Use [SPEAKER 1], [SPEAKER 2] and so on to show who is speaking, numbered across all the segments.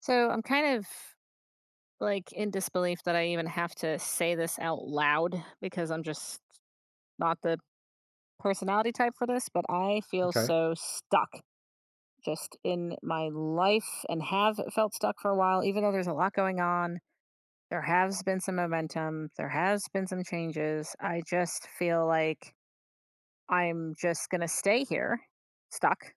[SPEAKER 1] So I'm kind of like in disbelief that I even have to say this out loud because I'm just not the personality type for this, but I feel
[SPEAKER 2] Okay.
[SPEAKER 1] so stuck just in my life and have felt stuck for a while, even though there's a lot going on. There has been some momentum, there has been some changes. I just feel like I'm just going to stay here stuck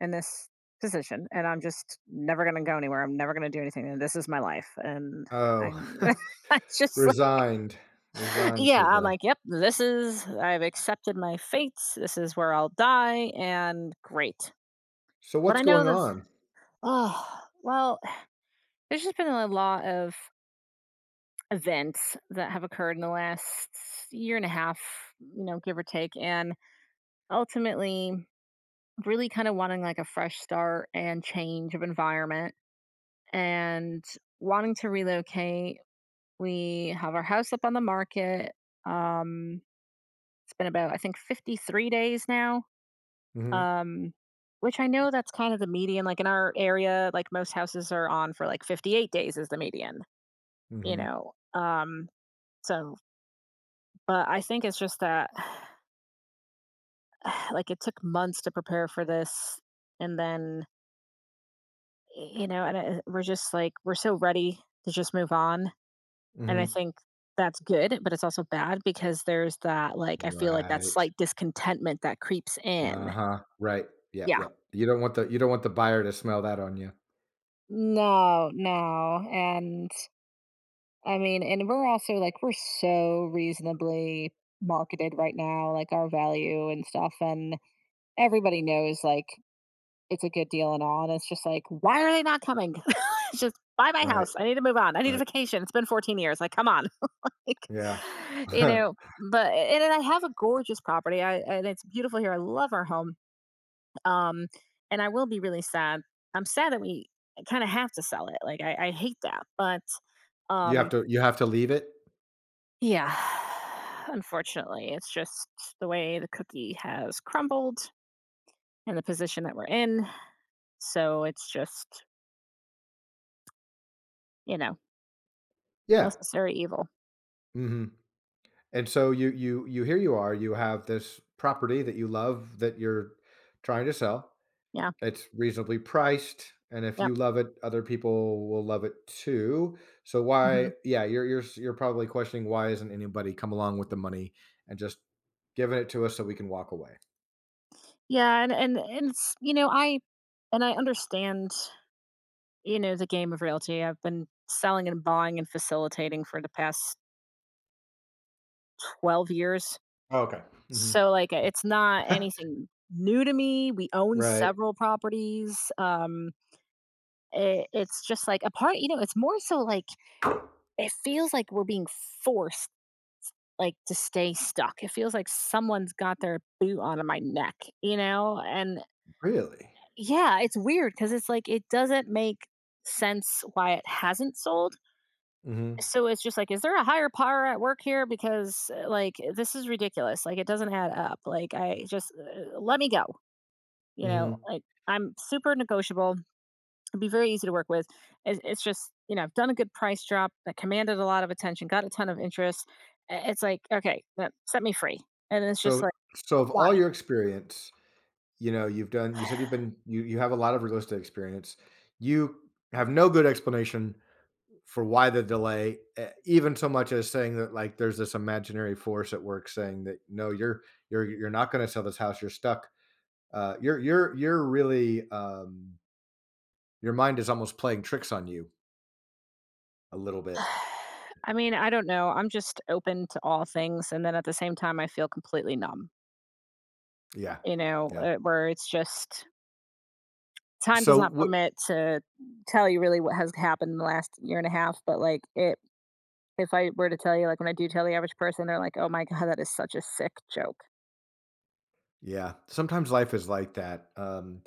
[SPEAKER 1] in this position and I'm just never gonna go anywhere. I'm never gonna do anything and this is my life. And
[SPEAKER 2] Oh,
[SPEAKER 1] I'm I just like
[SPEAKER 2] resigned, resigned
[SPEAKER 1] yeah,
[SPEAKER 2] to
[SPEAKER 1] I'm
[SPEAKER 2] the
[SPEAKER 1] like, yep, this is I've accepted my fate. This is where I'll die and great.
[SPEAKER 2] so
[SPEAKER 1] But
[SPEAKER 2] what's
[SPEAKER 1] I know
[SPEAKER 2] going
[SPEAKER 1] this
[SPEAKER 2] on?
[SPEAKER 1] oh well, there's just been a lot of events that have occurred in the last year and a half, give or take. And ultimately really kind of wanting like a fresh start and change of environment and wanting to relocate. We have our house up on the market. Um, it's been about I think 53 days now.
[SPEAKER 2] mm
[SPEAKER 1] Um, which I know that's kind of the median. Like in our area, like most houses are on for like 58 days is the median, you
[SPEAKER 2] Mhm,
[SPEAKER 1] know. Um, so but I think it's just that like it took months to prepare for this and then and we're just like we're so ready to just move on.
[SPEAKER 2] mhm,
[SPEAKER 1] And I
[SPEAKER 2] mhm.
[SPEAKER 1] think that's good, but it's also bad because there's that, like, I feel like that
[SPEAKER 2] Right.
[SPEAKER 1] slight discontentment that creeps in.
[SPEAKER 2] Uh-huh, right. Yep,
[SPEAKER 1] Yeah.
[SPEAKER 2] yep. You don't want the buyer to smell that on you.
[SPEAKER 1] No, no. And I mean, and we're also like, we're so reasonably marketed right now, like our value and stuff. And everybody knows like it's a good deal and all. And it's just like, why are they not coming? It's just buy my
[SPEAKER 2] Right,
[SPEAKER 1] house. I need to move on. I need a
[SPEAKER 2] right.
[SPEAKER 1] vacation. It's been 14 years. Like, come on. like,
[SPEAKER 2] Yeah.
[SPEAKER 1] you know, but and I have a gorgeous property. I and it's beautiful here. I love our home. Um, and I will be really sad. I'm sad that we kind of have to sell it. Like I hate that, but
[SPEAKER 2] You have
[SPEAKER 1] um,
[SPEAKER 2] to you have to leave it?
[SPEAKER 1] yeah. Unfortunately, it's just the way the cookie has crumbled and the position that we're in. So it's just you know
[SPEAKER 2] Yeah.
[SPEAKER 1] necessary evil.
[SPEAKER 2] Mhm. And so you, here you are, you have this property that you love that you're trying to sell.
[SPEAKER 1] Yeah.
[SPEAKER 2] It's reasonably priced, and if
[SPEAKER 1] Yep.
[SPEAKER 2] you love it, other people will love it too. So why
[SPEAKER 1] hmm
[SPEAKER 2] yeah, you're probably questioning why isn't anybody come along with the money and just giving it to us so we can walk away.
[SPEAKER 1] Yeah, and it's, you know, I and I understand. You know, the game of realty. I've been selling and buying and facilitating for the past 12 years.
[SPEAKER 2] Oh, okay. Mhm.
[SPEAKER 1] So like it's not anything new to me. We own
[SPEAKER 2] Right.
[SPEAKER 1] several properties. It's just like a part, you know, it's more so like it feels like we're being forced like to stay stuck. It feels like someone's got their boot on my neck, you know? And
[SPEAKER 2] Really?
[SPEAKER 1] yeah, it's weird because it's like it doesn't make sense why it hasn't sold.
[SPEAKER 2] Mhm,
[SPEAKER 1] So it's just like, is there a higher power at work here? Because like this is ridiculous. Like it doesn't add up. Like I just let me go. You know,
[SPEAKER 2] mhm.
[SPEAKER 1] like I'm super negotiable. It'd be very easy to work with. It's just you know I've done a good price drop that commanded a lot of attention, got a ton of interest. It's like okay, set me free. And it's just
[SPEAKER 2] So
[SPEAKER 1] like
[SPEAKER 2] so of
[SPEAKER 1] why?
[SPEAKER 2] all your experience, you know, you've done you said you've been you you have a lot of real estate experience. You have no good explanation for why the delay, even so much as saying that like there's this imaginary force at work saying that no, you're not going to sell this house. You're stuck. You're really your mind is almost playing tricks on you a little bit.
[SPEAKER 1] I mean, I don't know. I'm just open to all things, and then at the same time, I feel completely numb.
[SPEAKER 2] Yeah,
[SPEAKER 1] You know,
[SPEAKER 2] yeah.
[SPEAKER 1] where it's just time does
[SPEAKER 2] So
[SPEAKER 1] not
[SPEAKER 2] what?
[SPEAKER 1] permit to tell you really what has happened in the last year and a half, but, like, it if I were to tell you, like, when I do tell the average person, they're like, "Oh my god, that is such a sick joke."
[SPEAKER 2] Yeah, sometimes life is like that,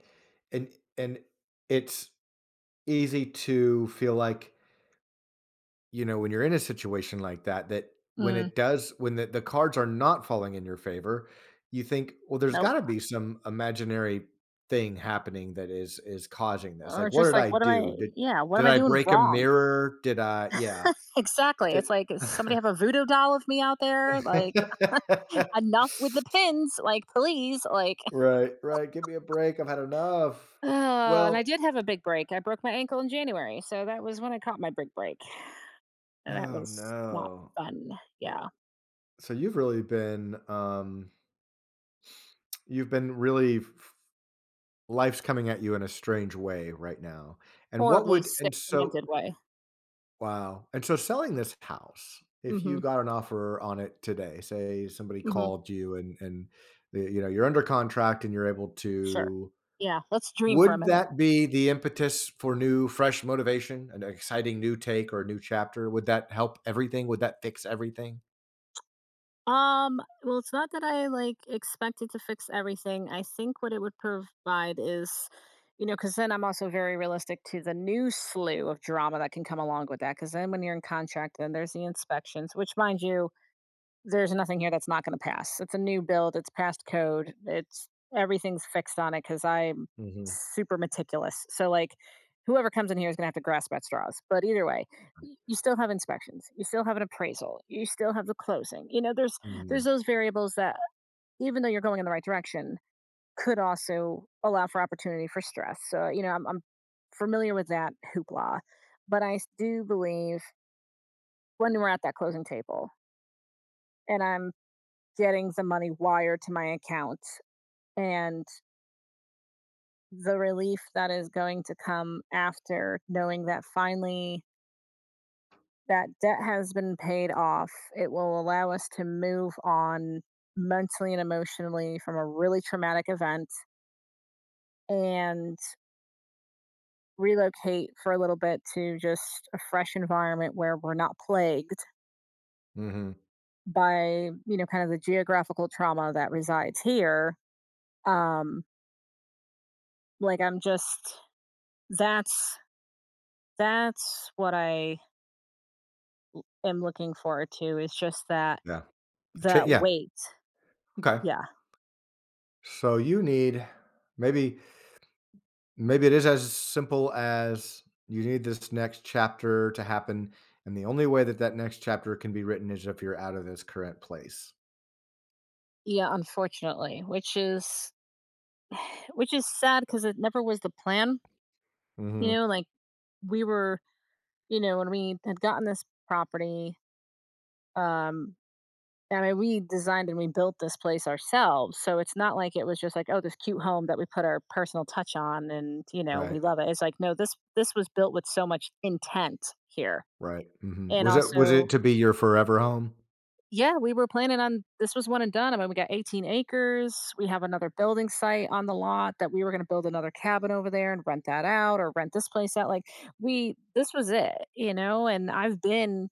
[SPEAKER 2] and and it's easy to feel like you know, when you're in a situation like that, that when
[SPEAKER 1] Mm,
[SPEAKER 2] it does, when the cards are not falling in your favor, you think, well, there's
[SPEAKER 1] nope.
[SPEAKER 2] got to be some imaginary thing happening that is causing this.
[SPEAKER 1] Or
[SPEAKER 2] Like, what
[SPEAKER 1] just
[SPEAKER 2] did
[SPEAKER 1] like,
[SPEAKER 2] I
[SPEAKER 1] "What am I"
[SPEAKER 2] do?
[SPEAKER 1] yeah, "what am
[SPEAKER 2] Did
[SPEAKER 1] I
[SPEAKER 2] I
[SPEAKER 1] doing
[SPEAKER 2] break a
[SPEAKER 1] wrong?"
[SPEAKER 2] mirror? Did I? Yeah.
[SPEAKER 1] Exactly.
[SPEAKER 2] Did.
[SPEAKER 1] It's like, "Does somebody have a voodoo doll of me out there?" Like, "Enough with the pins, like, please." Like,
[SPEAKER 2] right. Right. Give me a break. I've had enough.
[SPEAKER 1] and I
[SPEAKER 2] Well,
[SPEAKER 1] did have a big break. I broke my ankle in January, so that was when I caught my big break, and that
[SPEAKER 2] oh
[SPEAKER 1] was not
[SPEAKER 2] no.
[SPEAKER 1] fun. Yeah.
[SPEAKER 2] So you've really been, you've been really. Life's coming at you in a strange way right now. And what
[SPEAKER 1] Horribly
[SPEAKER 2] would
[SPEAKER 1] sick,
[SPEAKER 2] and so
[SPEAKER 1] demented way.
[SPEAKER 2] wow. And so selling this house, if you
[SPEAKER 1] Mhm,
[SPEAKER 2] got an offer on it today, say somebody
[SPEAKER 1] mhm.
[SPEAKER 2] called you and the, you know, you're under contract and you're able
[SPEAKER 1] Sure.
[SPEAKER 2] to
[SPEAKER 1] Yeah, let's dream for a
[SPEAKER 2] would
[SPEAKER 1] minute.
[SPEAKER 2] that be the impetus for new fresh motivation, an exciting new take or a new chapter? Would that help everything? Would that fix everything?
[SPEAKER 1] Well, it's not that I, like, expect it to fix everything. I think what it would provide is you know, because then I'm also very realistic to the new slew of drama that can come along with that. Because then when you're in contract, then there's the inspections, which mind you there's nothing here that's not gonna pass. It's a new build, it's past code, it's everything's fixed on it because 'cause I'm
[SPEAKER 2] Mhm.
[SPEAKER 1] super meticulous. So, like, whoever comes in here is gonna have to grasp at straws, but either way, y you still have inspections, you still have an appraisal, you still have the closing. You know, there's
[SPEAKER 2] Mhm.
[SPEAKER 1] those variables that even though you're going in the right direction, could also allow for opportunity for stress. So, you know, I'm familiar with that hoopla, but I do believe when we're at that closing table and I'm getting the money wired to my account and the relief that is going to come after knowing that finally that debt has been paid off. It will allow us to move on mentally and emotionally from a really traumatic event and relocate for a little bit to just a fresh environment where we're not plagued
[SPEAKER 2] Mhm.
[SPEAKER 1] by, you know, kind of the geographical trauma that resides here. Um, like I'm just that's That's what I am looking forward to is just that
[SPEAKER 2] Yeah. cha
[SPEAKER 1] that
[SPEAKER 2] yeah.
[SPEAKER 1] wait.
[SPEAKER 2] Okay.
[SPEAKER 1] Yeah.
[SPEAKER 2] So you need maybe. Maybe it is as simple as you need this next chapter to happen, and the only way that that next chapter can be written is if you're out of this current place.
[SPEAKER 1] Yeah, unfortunately, which is which is sad because it never was the plan. You
[SPEAKER 2] Mhm.
[SPEAKER 1] know, like we were, you know, when we had gotten this property, um, I mean, we designed and we built this place ourselves. So it's not like it was just like, oh, this cute home that we put our personal touch on and, you know, we
[SPEAKER 2] Right,
[SPEAKER 1] love it. It's like, no, this was built with so much intent here.
[SPEAKER 2] right, mhm.
[SPEAKER 1] And
[SPEAKER 2] Was it was
[SPEAKER 1] also
[SPEAKER 2] it to be your forever home?
[SPEAKER 1] yeah, we were planning on this was one and done. I mean, we got 18 acres. We have another building site on the lot that we were going to build another cabin over there and rent that out or rent this place out. Like, this was it, you know, and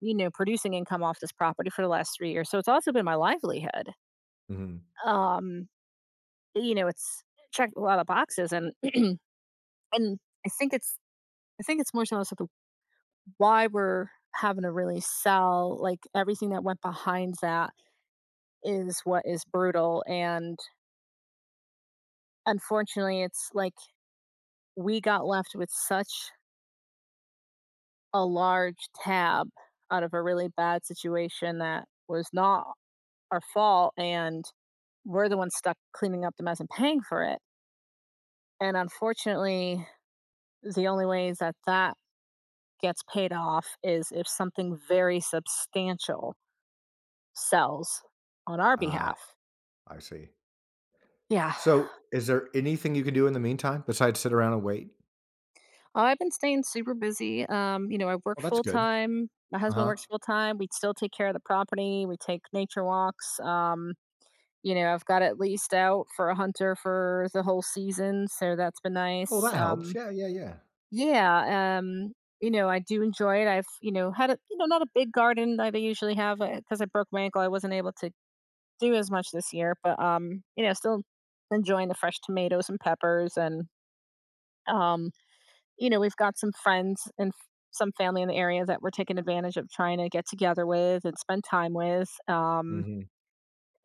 [SPEAKER 1] you know, producing income off this property for the last 3 years. So it's also been my livelihood.
[SPEAKER 2] Mhm.
[SPEAKER 1] Um, you know, it's checked a lot of boxes and, and I think it's, I think it's more so also the why we're having to really sell like everything that went behind that is what is brutal and unfortunately, it's like we got left with such a large tab out of a really bad situation that was not our fault. And we're the ones stuck cleaning up the mess and paying for it. And unfortunately, the only ways that that gets paid off is if something very substantial sells on our
[SPEAKER 2] Ah,
[SPEAKER 1] behalf.
[SPEAKER 2] I see.
[SPEAKER 1] Yeah.
[SPEAKER 2] So, is there anything you can do in the meantime besides sit around and wait?
[SPEAKER 1] Oh, I've been staying super busy. You know, I work
[SPEAKER 2] Well, that's
[SPEAKER 1] full
[SPEAKER 2] good.
[SPEAKER 1] time. My husband
[SPEAKER 2] Uh-huh.
[SPEAKER 1] works full time. We still take care of the property. We take nature walks. You know, I've got it leased out for a hunter for the whole season, so that's been
[SPEAKER 2] Oh,
[SPEAKER 1] nice.
[SPEAKER 2] well, that helps. Yeah, yeah, yeah.
[SPEAKER 1] Yeah, um, you know, I do enjoy it. You know, had a, you know, not a big garden that I usually have because I broke my ankle. I wasn't able to do as much this year, but you know, still enjoying the fresh tomatoes and peppers and um you know, we've got some friends and some family in the area that we're taking advantage of trying to get together with and spend time with.
[SPEAKER 2] Mhm,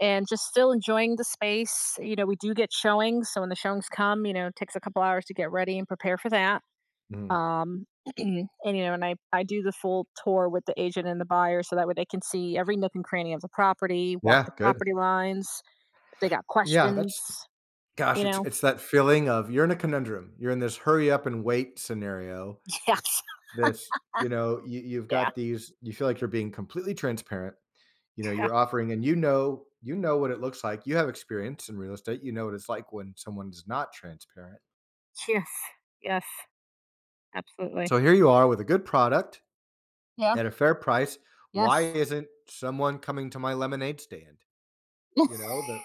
[SPEAKER 1] And just still enjoying the space. You know, we do get showings. So when the showings come, you know, it takes a couple hours to get ready and prepare for that.
[SPEAKER 2] mhm.
[SPEAKER 1] Um, and, you know, and I do the full tour with the agent and the buyer so that way they can see every nook and cranny of the property, walk the
[SPEAKER 2] Yeah, good.
[SPEAKER 1] property lines. If they got
[SPEAKER 2] Yeah,
[SPEAKER 1] questions,
[SPEAKER 2] that's
[SPEAKER 1] you
[SPEAKER 2] gosh, it's
[SPEAKER 1] know,
[SPEAKER 2] it's that feeling of you're in a conundrum. You're in this hurry up and wait scenario.
[SPEAKER 1] yes.
[SPEAKER 2] This you know, you you've
[SPEAKER 1] Yeah.
[SPEAKER 2] got these you feel like you're being completely transparent, you know, you're offering and you know what it looks like, you have experience in real estate, you know what it's like when someone is not transparent.
[SPEAKER 1] Yes. Yes. Absolutely.
[SPEAKER 2] So here you are with a good product
[SPEAKER 1] Yeah.
[SPEAKER 2] at a fair price,
[SPEAKER 1] Yes.
[SPEAKER 2] why isn't someone coming to my lemonade stand? You know, the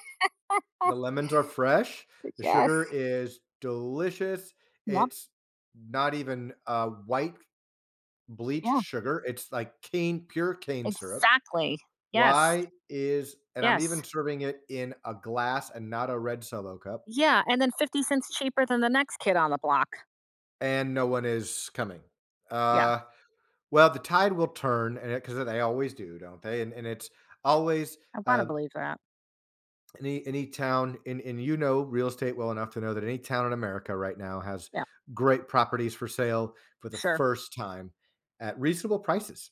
[SPEAKER 2] the lemons are fresh, the
[SPEAKER 1] Yes.
[SPEAKER 2] sugar is delicious,
[SPEAKER 1] Yep.
[SPEAKER 2] it's not even, white bleached
[SPEAKER 1] Yeah.
[SPEAKER 2] sugar, it's like cane pure cane syrup.
[SPEAKER 1] Exactly. Yes.
[SPEAKER 2] Why is and I'm
[SPEAKER 1] Yes.
[SPEAKER 2] even serving it in a glass and not a red Solo cup,
[SPEAKER 1] Yeah. And then 50¢ cheaper than the next kid on the block.
[SPEAKER 2] and no one is coming.
[SPEAKER 1] Yeah.
[SPEAKER 2] Uh, well, the tide will turn, and because they always do, don't they? And it's always
[SPEAKER 1] I want to
[SPEAKER 2] uh,
[SPEAKER 1] believe that.
[SPEAKER 2] any town, and you know real estate well enough to know that any town in America right now has
[SPEAKER 1] Yeah.
[SPEAKER 2] great properties for sale for the
[SPEAKER 1] Sure.
[SPEAKER 2] first time at reasonable prices.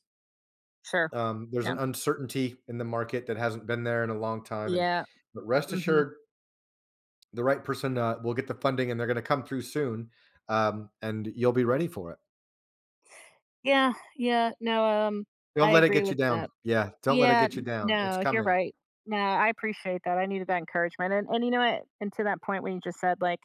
[SPEAKER 1] Sure.
[SPEAKER 2] There's
[SPEAKER 1] Yeah.
[SPEAKER 2] an uncertainty in the market that hasn't been there in a long time, and
[SPEAKER 1] Yeah.
[SPEAKER 2] but rest
[SPEAKER 1] hmm
[SPEAKER 2] assured, the right person will get the funding, and they're going to come through soon, and you'll be ready for it.
[SPEAKER 1] Yeah. Yeah. No, I
[SPEAKER 2] Don't let it
[SPEAKER 1] agree
[SPEAKER 2] get you
[SPEAKER 1] with
[SPEAKER 2] down.
[SPEAKER 1] that.
[SPEAKER 2] Yeah, don't let it
[SPEAKER 1] Yeah,
[SPEAKER 2] get you
[SPEAKER 1] n
[SPEAKER 2] down. It's
[SPEAKER 1] no, you're
[SPEAKER 2] coming.
[SPEAKER 1] right. No, I appreciate that, I needed that encouragement, and you know what? And to that point when you just said, like,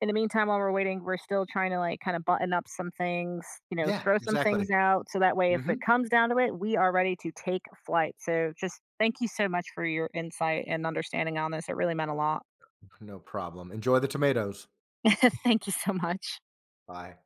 [SPEAKER 1] in the meantime, while we're waiting, we're still trying to, like, kinda button up some things, you know,
[SPEAKER 2] Yeah,
[SPEAKER 1] throw some
[SPEAKER 2] exactly.
[SPEAKER 1] things out, so that way if
[SPEAKER 2] hmm
[SPEAKER 1] it comes down to it, we are ready to take flight, so just thank you so much for your insight and understanding on this, it really meant a lot.
[SPEAKER 2] No problem. Enjoy the tomatoes.
[SPEAKER 1] Thank you so much.
[SPEAKER 2] Bye.